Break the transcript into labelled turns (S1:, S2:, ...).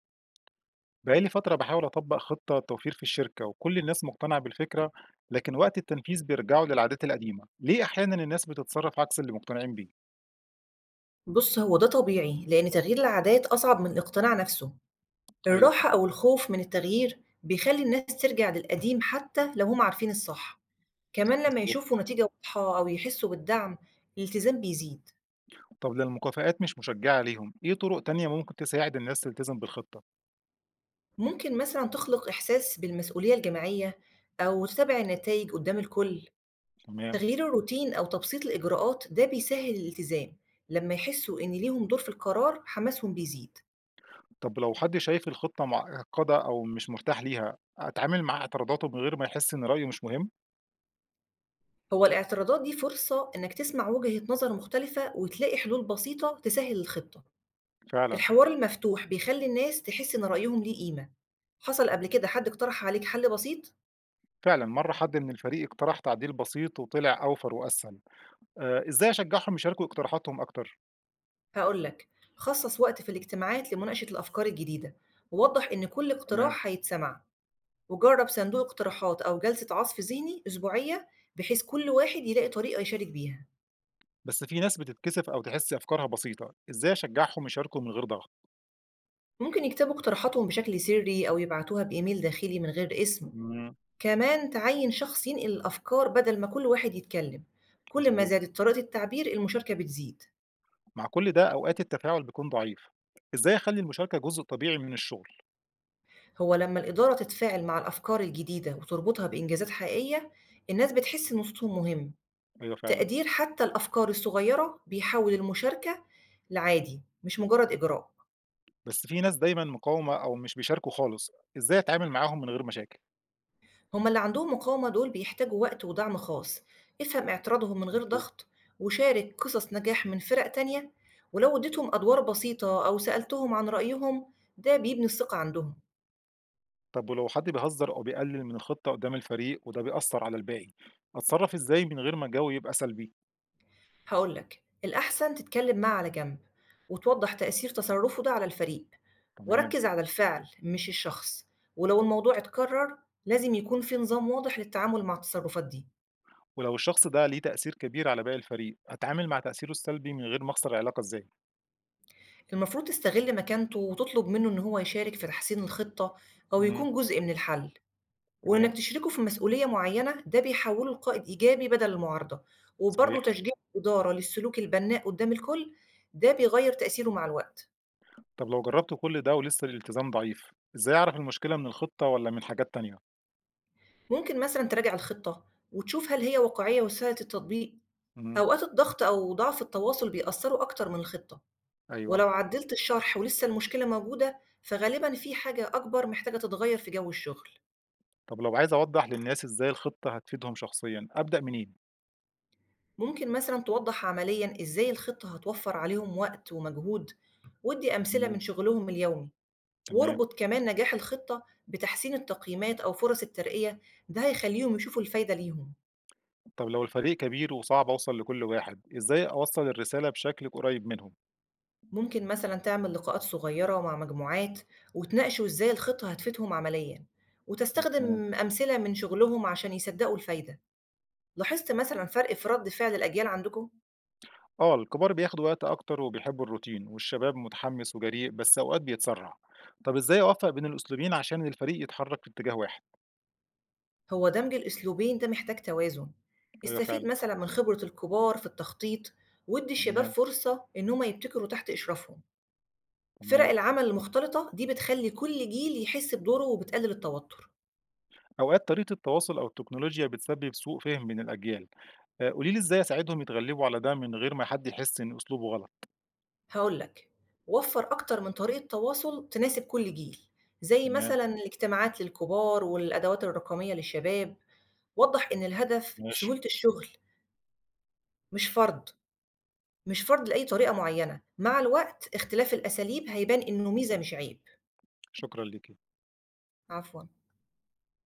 S1: بقالي فترة بحاول أطبق خطة توفير في الشركة وكل الناس مقتنعة بالفكرة لكن وقت التنفيذ بيرجعوا للعادات القديمة، ليه أحيانا الناس بتتصرف عكس اللي مقتنعين بيه؟
S2: بُص، هو ده طبيعي، لإن تغيير العادات أصعب من الاقتناع نفسه.
S1: أيوه، فعلا.
S2: الراحة أو الخوف من التغيير بيخلّي الناس ترجع للقديم حتى لو هم عارفين الصح. كمان لمّا
S1: مظبوط.
S2: يشوفوا نتيجة واضحة أو يحسوا بالدعم، الالتزام بيزيد.
S1: طب لو المكافآت مش مشجعة ليهم، إيه طرق تانية ممكن تساعد الناس تلتزم بالخطة؟
S2: ممكن مثلًا تخلق إحساس بالمسؤولية الجماعية أو تتابع النتايج قدّام الكل.
S1: تمام.
S2: تغيير الروتين أو تبسيط الإجراءات ده بيسهّل الالتزام. لمّا يحسوا إن ليهم دور في القرار، حماسهم بيزيد.
S1: طب لو حد شايف الخطة معقدة أو مش مرتاح ليها، أتعامل مع اعتراضاته من غير ما يحس إن رأيه مش مهم؟
S2: هو الاعتراضات دي فرصة إنك تسمع وجهة نظر مختلفة وتلاقي حلول بسيطة تسهل الخطة،
S1: فعلا.
S2: الحوار المفتوح بيخلي الناس تحس إن رأيهم ليه قيمة، حصل قبل كده حد اقترح عليك حل بسيط؟
S1: مرة حد من الفريق اقترح تعديل بسيط وطلع أوفر وأسهل. آه، إزاي أشجعهم يشاركوا اقتراحاتهم أكتر؟
S2: هقولك خصص وقت في الاجتماعات لمناقشة الأفكار الجديدة، ووضح إن كل
S1: تمام.
S2: اقتراح هيتسمع، وجرب صندوق اقتراحات أو جلسة عصف ذهني أسبوعية بحيث كل واحد يلاقي طريقة يشارك بيها،
S1: بس في ناس بتتكسف أو تحس أفكارها بسيطة، إزاي أشجعهم يشاركوا من غير ضغط؟
S2: ممكن يكتبوا اقتراحاتهم بشكل سري أو يبعتوها بإيميل داخلي من غير اسم.
S1: مم.
S2: كمان تعيّن شخص ينقل الأفكار بدل ما كل واحد يتكلم، كل ما
S1: مضبوط.
S2: زادت طريقة التعبير المشاركة بتزيد،
S1: مع كل ده أوقات التفاعل بيكون ضعيف، إزاي أخلي المشاركة جزء طبيعي من الشغل؟
S2: هو لما الإدارة تتفاعل مع الأفكار الجديدة وتربطها بإنجازات حقيقية الناس بتحس إن صوتهم مهم،
S1: أيوه، فعلا.
S2: تقدير حتى الأفكار الصغيرة بيحول المشاركة لعادي مش مجرد إجراء.
S1: بس في ناس دايما مقاومة أو مش بيشاركوا خالص، إزاي أتعامل معاهم من غير مشاكل؟
S2: هما اللي عندهم مقاومة دول بيحتاجوا وقت ودعم خاص، افهم اعتراضهم من غير
S1: مظبوط.
S2: ضغط وشارك قصص نجاح من فرق تانية، ولو اديتهم أدوار بسيطة أو سألتهم عن رأيهم ده بيبني الثقة عندهم.
S1: طب ولو حد بيهزر أو بيقلل من الخطة قدام الفريق وده بيأثر على الباقي، أتصرف إزاي من غير ما الجو يبقى سلبي؟
S2: هقولك الأحسن تتكلم معاه على جنب وتوضح تأثير تصرفه ده على الفريق،
S1: تمام.
S2: وركز على الفعل مش الشخص، ولو الموضوع اتكرر لازم يكون في نظام واضح للتعامل مع التصرفات دي.
S1: ولو الشخص ده ليه تأثير كبير على باقي الفريق، أتعامل مع تأثيره السلبي من غير ما أخسر العلاقة إزاي؟
S2: المفروض تستغل مكانته وتطلب منه إن هو يشارك في تحسين الخطة أو
S1: مم.
S2: يكون جزء من الحل، وإنك
S1: تمام.
S2: تشركه في مسؤولية معيّنة، ده بيحوّله لقائد إيجابي بدل المعارضة، وبرضه
S1: صحيح.
S2: تشجيع الإدارة للسلوك البنّاء قدّام الكل، ده بيغيّر تأثيره مع الوقت.
S1: طب لو جرّبت كل ده ولسه الالتزام ضعيف، إزاي أعرف المشكلة من الخطة والّا من حاجات تانية؟
S2: ممكن مثلًا تراجع الخطة وتشوف هل هي واقعية وسهلة التطبيق.
S1: إمم.
S2: أوقات الضغط أو ضعف التواصل بيأثّروا أكتر من الخطة،
S1: أيوه.
S2: ولو عدّلت الشرح ولسه المشكلة موجودة، فغالبًا في حاجة أكبر محتاجة تتغيّر في جو الشغل.
S1: طب لو عايز أوضّح للناس إزاي الخطة هتفيدهم شخصيًا، أبدأ منين؟
S2: ممكن مثلًا توضّح عمليًا إزاي الخطة هتوفّر عليهم وقت ومجهود، وادّي أمثلة
S1: إمم،
S2: من شغلهم اليومي.
S1: تمام.
S2: واربط كمان نجاح الخطة بتحسين التقييمات أو فرص الترقية، ده هيخليهم يشوفوا الفايدة ليهم.
S1: طب لو الفريق كبير وصعب أوصل لكل واحد، إزاي أوصّل الرسالة بشكل قريب منهم؟
S2: ممكن مثلا تعمل لقاءات صغيرة مع مجموعات وتناقشوا إزاي الخطة هتفيدهم عمليا،
S1: إمم، تمام.
S2: وتستخدم أمثلة من شغلهم عشان يصدقوا الفايدة. لاحظت مثلا فرق في رد فعل الأجيال عندكم؟
S1: آه، الكبار بياخدوا وقت أكتر وبيحبوا الروتين، والشباب متحمس وجريء بس أوقات بيتسرع. طب إزاي أوفّق بين الأسلوبين عشان الفريق يتحرك في اتجاه واحد؟
S2: هو دمج الأسلوبين ده محتاج توازن،
S1: أيوه،
S2: استفيد
S1: فعلًا.
S2: مثلا من خبرة الكبار في التخطيط، وادي الشباب
S1: تمام،
S2: فرصة إن هما يبتكروا تحت إشرافهم. فرق
S1: تمام.
S2: العمل المختلطة دي بتخلّي كل جيل يحس بدوره وبتقلل التوتر،
S1: أوقات طريقة التواصل أو التكنولوجيا بتسبب سوء فهم بين الأجيال، قولي لي إزاي أساعدهم يتغلبوا على ده من غير ما حد يحس إن أسلوبه غلط؟
S2: هاقول لك وفّر أكتر من طريقة تواصل تناسب كل جيل، زي
S1: تمام،
S2: مثلًا الاجتماعات للكبار والأدوات الرقمية للشباب، وضّح إن الهدف
S1: ماشي،
S2: سهولة الشغل مش فرض، مش فرض لأي طريقة معيّنة، مع الوقت اختلاف الأساليب هيبان إنه ميزة مش عيب.
S1: شكرًا ليكِ.
S2: عفوًا.